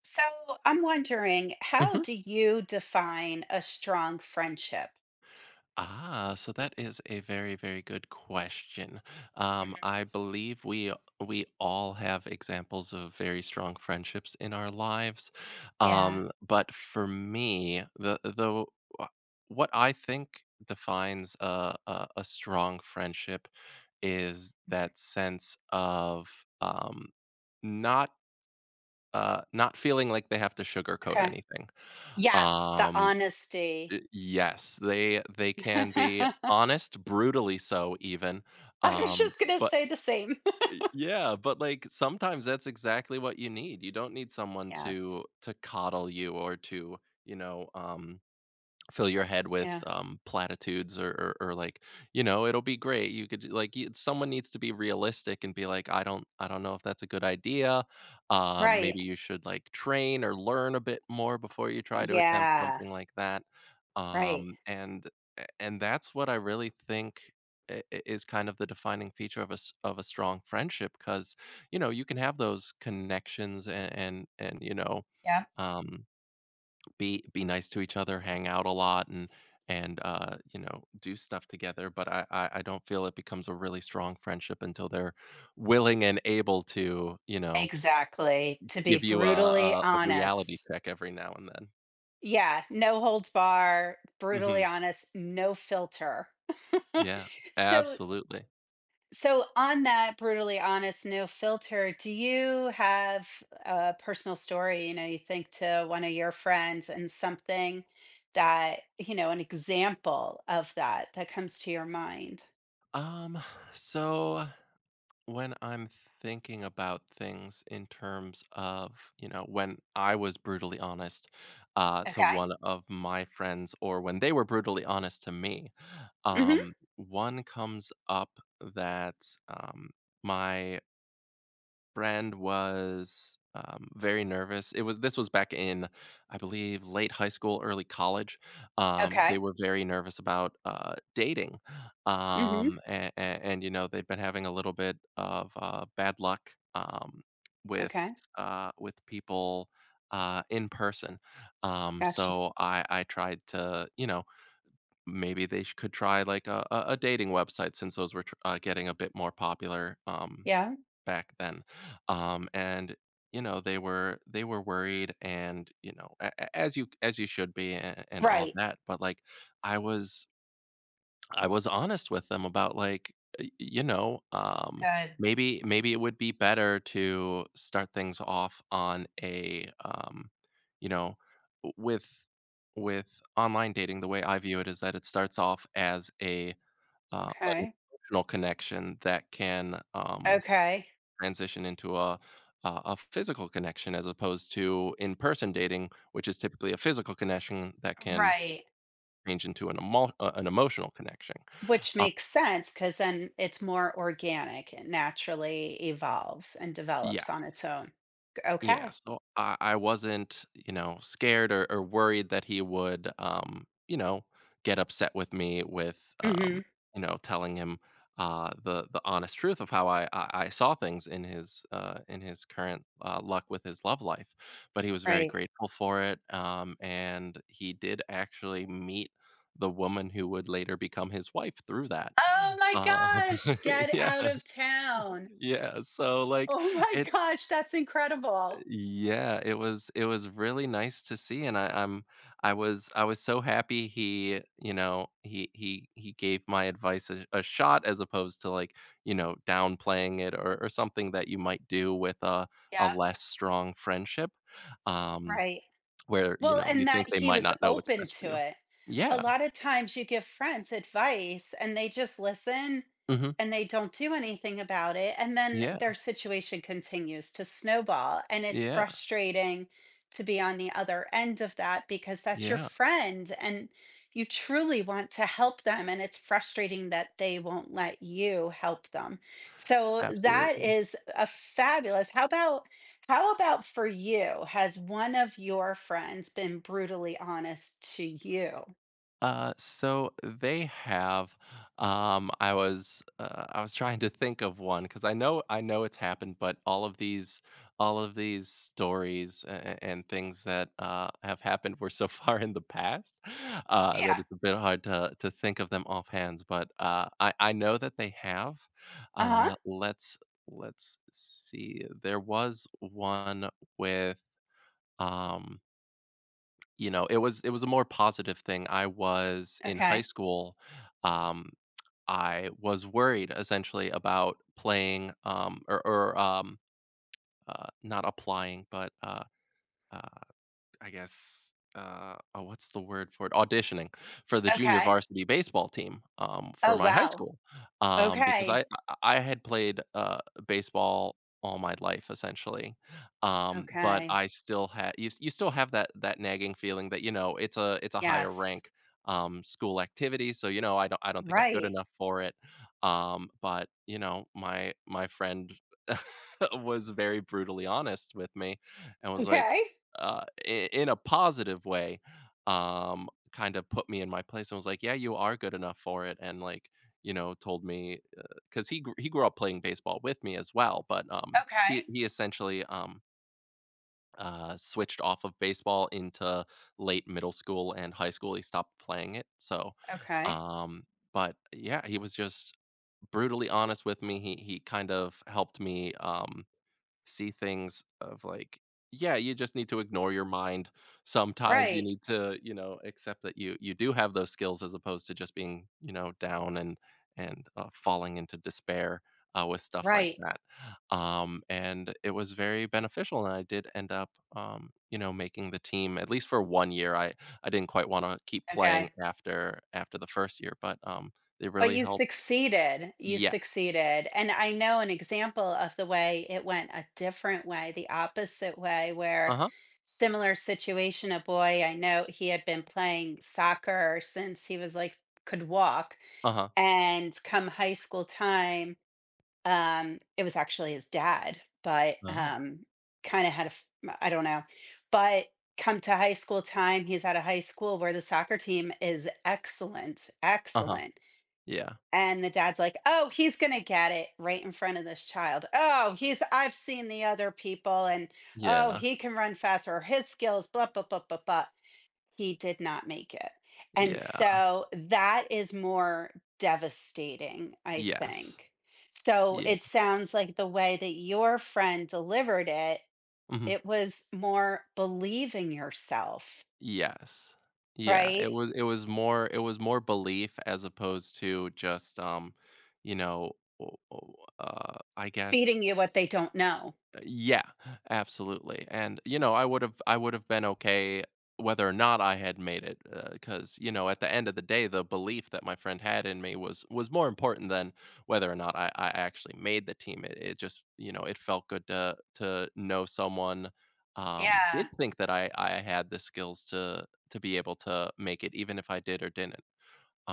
So I'm wondering, how Hmm. do you define a strong friendship? Ah, so that is a very, very good question. Mhm. I believe we all have examples of very strong friendships in our lives, Yeah. But for me, the uh, what I think defines a strong friendship is that sense of um, not not feeling like they have to sugarcoat Okay. anything. Yes, the Um, honesty. Y yes, they can be honest, brutally so even, I was um, just going to but say the same. y yeah, but, like, sometimes that's exactly what you need. You don't need someone to Yes. Coddle you or to, you know, um fill your head with Yeah. Platitudes, or or like it'll be great. You could like you, someone needs to be realistic and be like, I don't know if that's a good idea. Right. Maybe you should like train or learn a bit more before you try to attempt Yeah. something like that." Right. Um and and that's what I really think is kind of the defining feature of a strong friendship because you can have those connections and and Yeah. um be nice to each other, hang out a lot, and do stuff together. But I don't feel it becomes a really strong friendship until they're willing and able to Exactly. To be give you a brutally a, a reality honest. check every now and then. Yeah. No holds bar, hmm brutally honest, no filter. Yeah, so absolutely. So, on that brutally honest, no filter, do you have a personal story? You think to one of your friends and something that, an example of that that comes to your mind. Um, so when I'm thinking about things in terms of, you know, when I was brutally honest, to Okay. one of my friends, or when they were brutally honest to me. Hmm. One comes up that, um, my friend was, very nervous. It was this was back in, I believe, late high school, early college. They Okay. were very nervous about, dating, Hmm. And, you know, they'd been having a little bit of, bad luck, um, with, Okay. With people, in person. Um, Gotcha. so I I tried to, you know, maybe they sh could try, like, a dating website, since those were tr getting a bit more popular, Yeah. back then, and, you know, they were worried and, you know, a as you should be, a and all Right. that, but, like, I was I was honest with them about, like, you know, Good. maybe it would be better to start things off on a, you know, w with online dating. The way I view it is that it starts off as a, an Okay. emotional connection that can, Okay. transition into a physical connection, as opposed to in-person dating, which is typically a physical connection that can Right. change into an emotional connection. Which Uh, makes sense because then it's more organic. It naturally evolves and develops Yes, on its s own. yeah, Okay. so I wasn't, you know, scared or worried that he would, you know, get upset with me with, Hmm. You know, telling him, the honest truth of how I saw things in his, uh, in his current, luck with his love life, but he was very Right. grateful for it, and he did actually meet the woman who would later become his wife through that. Oh my Uh, gosh, get yeah, out of town. yeah, so, like, Oh my it's gosh, that's incredible. yeah, it was, it was really nice to see, and I was so happy he, you know, he gave my advice a shot, as opposed to, like, you know, downplaying it or something that you might do with a Yeah. less strong friendship, um, Right. where, you Well, know, you and think that they he might was not know what's open best for to you. it. A Yeah. lot of times you give friends advice and they just listen, Mhm. and they don't do anything about it. And then Yeah. their situation continues to snowball. And it's Yeah. frustrating to be on the other end of that because that's your Yeah. friend, and you truly want to help them. And it's frustrating that they won't let you help them. So that Absolutely. is a fabulous. How about for you? Has one of your friends been brutally honest to you? So they have, I was trying to think of one because I know it's happened, but all of these stories and things that, have happened were so far in the past, that Yeah. it's a bit hard to think of them offhand. But, I know that they have. Uh-huh. Uh, let's let's see. There was one with, um, you know, it was, it was a more positive thing. I was in high Okay. school, um, I was worried essentially about playing, or, not applying, but, uh, I guess, oh, what's the word for it? Auditioning for the junior Okay. varsity baseball team, for Oh, my high wow. school, because I Okay. I I had played, baseball all my life essentially, but Okay. I still had you still have that, that nagging feeling that, you know, it's a higher Yes. rank, school activity, so, you know, I don't think I'm good Right. enough for it, but, you know, my friend was very brutally honest with me, and was like, Okay. In a positive way, kind of put me in my place and was like, "Yeah, you are good enough for it," and, like, you know, told me because he grew up playing baseball with me as well, but, he Okay. he essentially, switched off of baseball into late middle school and high school. He stopped playing it, so, Okay. um, but yeah, he was just brutally honest with me. He kind of helped me, um, see things of like, yeah, you just need to ignore your mind. Sometimes you Right. need to, you know, accept that you do have those skills, as opposed to just being, you know, down and, falling into despair, with stuff like Right. that. And it was very beneficial, and I did end up, um, you know, making the team at least for one year. I didn't quite want to keep playing Okay. after the first year, but, um, they But really helped. You Yes. succeeded, and I know an example of the way it went a different way, the opposite way, where Uh-huh. similar situation, a boy I know, he had been playing soccer since he was, like, could walk, Uh-huh. and come high school time, it was actually his dad, but, Oh. Kinda had a f I don't know, but come to high school time, he's at a high school where the soccer team is excellent, Uh-huh. excellent. Yeah. And the dad's like, "Oh, he's gonna get it right in front of this child. Oh, he's I've seen the other people, and oh, Yeah. he can run faster. Or his skills, blah blah blah blah blah." He did not make it, and Yeah. so that is more devastating, I Yes. think. So Yeah. it sounds like the way that your friend delivered it, Mhm. it was more believing yourself, Yes. Yeah, right? it was, it was more, it was more belief, as opposed to just, you know, o o I guess, Feeding you what they don't know. uh, yeah, absolutely, and, you know, I would've been okay whether or not I had made it, because, you know, at the end of the day, the belief that my friend had in me was more important than whether or not I actually made the team. It just, you know, it felt good to know someone, Yeah, did think that I had the skills to be able to make it, even if I did or didn't.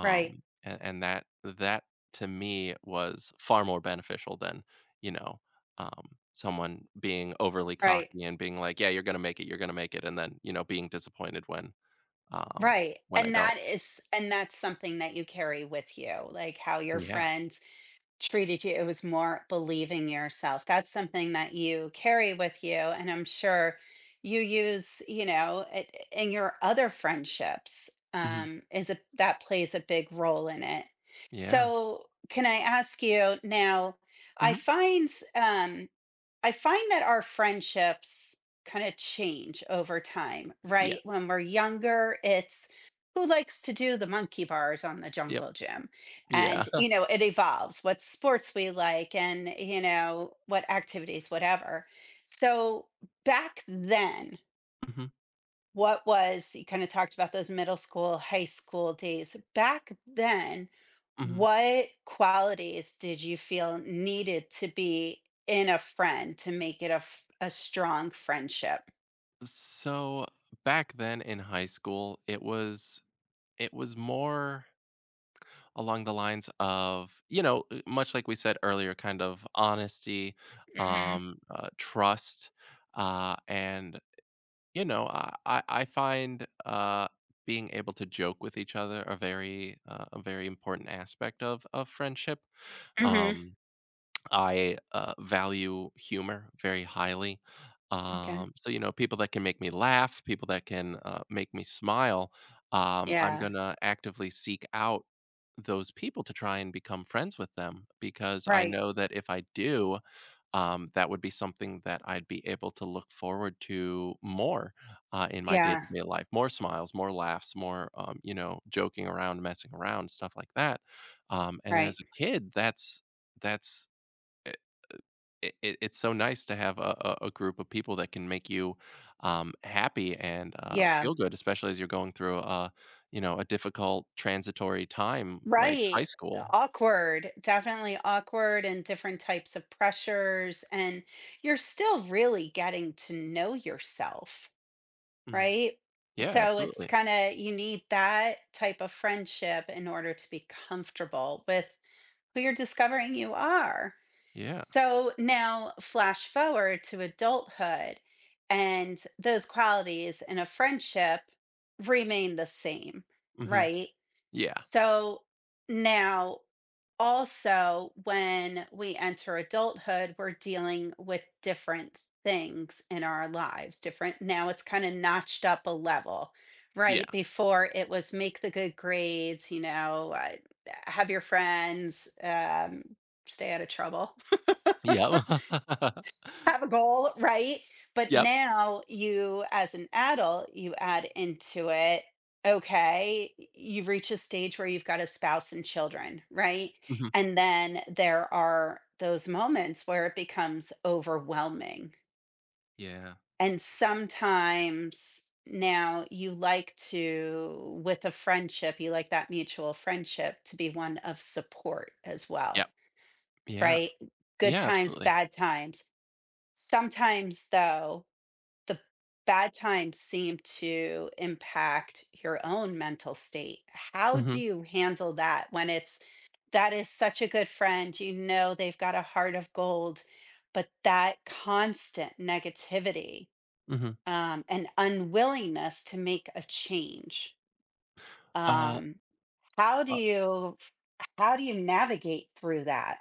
right, And that to me was far more beneficial than, you know, um, someone being overly right. cocky and being like, "Yeah, you're gonna make it, you're gonna make it," and then, you know, being disappointed um, Right, when I and don't. that is and that's something that you carry with you, like, how your Yeah. friends treated you, it was more believing yourself. That's something that you carry with you, and I'm sure you use, you know, I in your other friendships, Mhm. Is a that plays a big role in it. Yeah. So, can I ask you now, I Mhm. find, um I find that our friendships kind of change over time, Yeah. right? When we're younger, it's who likes to do the monkey bars on the Yep. jungle gym? Yeah. And, you know, it evolves what sports we like and, you know, what activities, whatever. So back then, Mhm. what was you kind of talked about those middle school, high school days. Back then, Mhm. what qualities did you feel needed to be in a friend to make it a strong friendship? So, back then in high school, it was, it was more along the lines of, you know, much like we said earlier, kind of honesty, Mhm. Trust, and, you know, I find, being able to joke with each other a very, a very important aspect of friendship. Mhm. Um, I, value humor very highly. Okay. So, you know, people that can make me laugh, people that can, make me smile, I'm Yeah. gonna actively seek out those people to try and become friends with them, because I Right. know that if I do, that would be something that I'd be able to look forward to more, in my Yeah. day-to-day life. More smiles, more laughs, more, you know, joking around, messing around, stuff like that. And as Right. a kid, that's, uh, it's so nice to have a group of people that can make you, happy, and, Yeah. feel good, especially as you're going through a, a difficult transitory time like high Right. school. Awkward, definitely awkward and different types of pressures, and you're still really getting to know yourself, hmm right? Yeah, So it's absolutely. kind of you need that type of friendship in order to be comfortable with who you're discovering you are. Yeah. So now flash forward to adulthood and those qualities in a friendship remain the same, hmm right? Yeah. So now also, when we enter adulthood, we're dealing with different things in our lives, different now it's kind of notched up a level, Yeah. right? Before it was make the good grades, you know, have your friends, stay out of trouble, Yep. have a goal, right? But Yep. now you, as an adult, you add into it, okay, you've reached a stage where you've got a spouse and children, right? hmm And then there are those moments where it becomes overwhelming. Yeah. And sometimes now you like to, with a friendship, you like that mutual friendship to be one of support as Yep. well, Yeah. right? Good Yeah. times, Absolutely. bad times. Sometimes, though, the bad times seem to impact your own mental state. How hmm do you handle that when it's that is such a good friend, you know they've got a heart of gold, but that constant negativity, hmm and unwillingness to make a change. Uh. Um, how do you how do you navigate through that?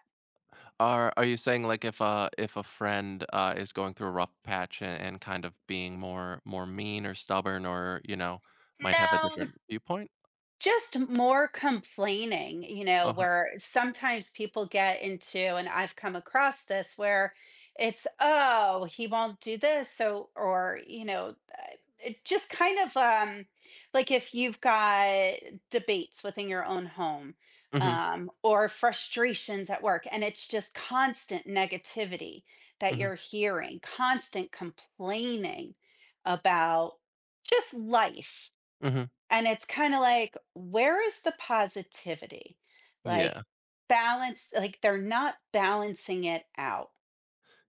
Are you saying, like, if a friend, is going through a rough patch and kind of being more, more mean or stubborn or, you know, might have a No. different viewpoint? Just more complaining, you know, Uh-huh. where sometimes people get into and I've come across this where it's, "Oh, he won't do this," so or, you know, it just kind of, like if you've got debates within your own home, Mhm, or frustrations at work, and it's just constant negativity that mhm, you're hearing, constant complaining about just life. mhm. And it's kind of like, where is the positivity? Like, Yeah. balance, like, they're not balancing it out.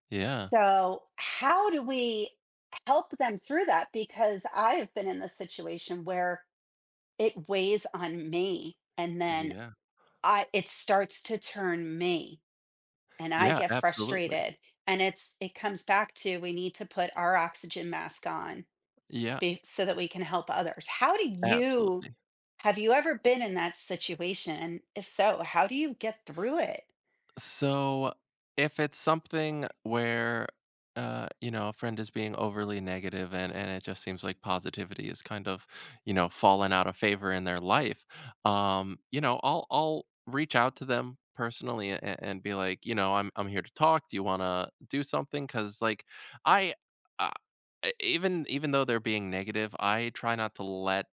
Yeah. So, how do we help them through that? Because I have been in the situation where it weighs on me, and then Yeah. it starts to turn me and I Yeah, get absolutely. frustrated. And it's, it comes back to we need to put our oxygen mask on Yeah, be, so that we can help others. How do you absolutely. have you ever been in that situation? And if so, how do you get through it? So if it's something where, you know, a friend is being overly negative and it just seems like positivity is kind of, you know, fallen out of favor in their life, you know, I'll reach out to them personally and be like, you know, I'm here to talk. Do you want to do something? Cuz like I, uh, even though they're being negative, I try not to let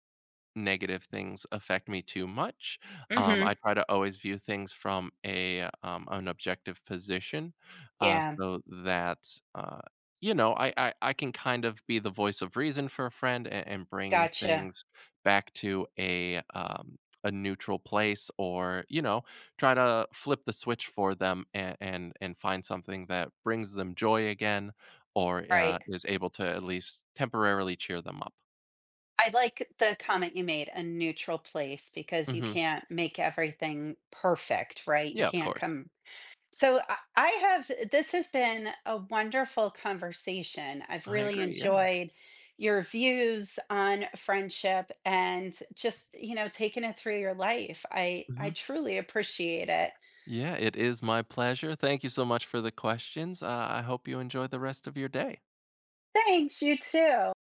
negative things affect me too much. Hmm. I try to always view things from a, an objective position, Yeah, so that, uh, you know, I can kind of be the voice of reason for a friend, and bring gotcha. things back to a, a neutral place, or, you know, try to flip the switch for them and find something that brings them joy again, or, Right. is able to at least temporarily cheer them up. I like the comment you made, a neutral place, because you hmm can't make everything perfect, right? You Yeah, of can't course. come so this has been a wonderful conversation. I've I really agree. Yeah. enjoyed your views on friendship and just, you know, taking it through your life. I hmm truly appreciate it. Yeah, it is my pleasure. Thank you so much for the questions. I hope you enjoy the rest of your day. Thanks, you too.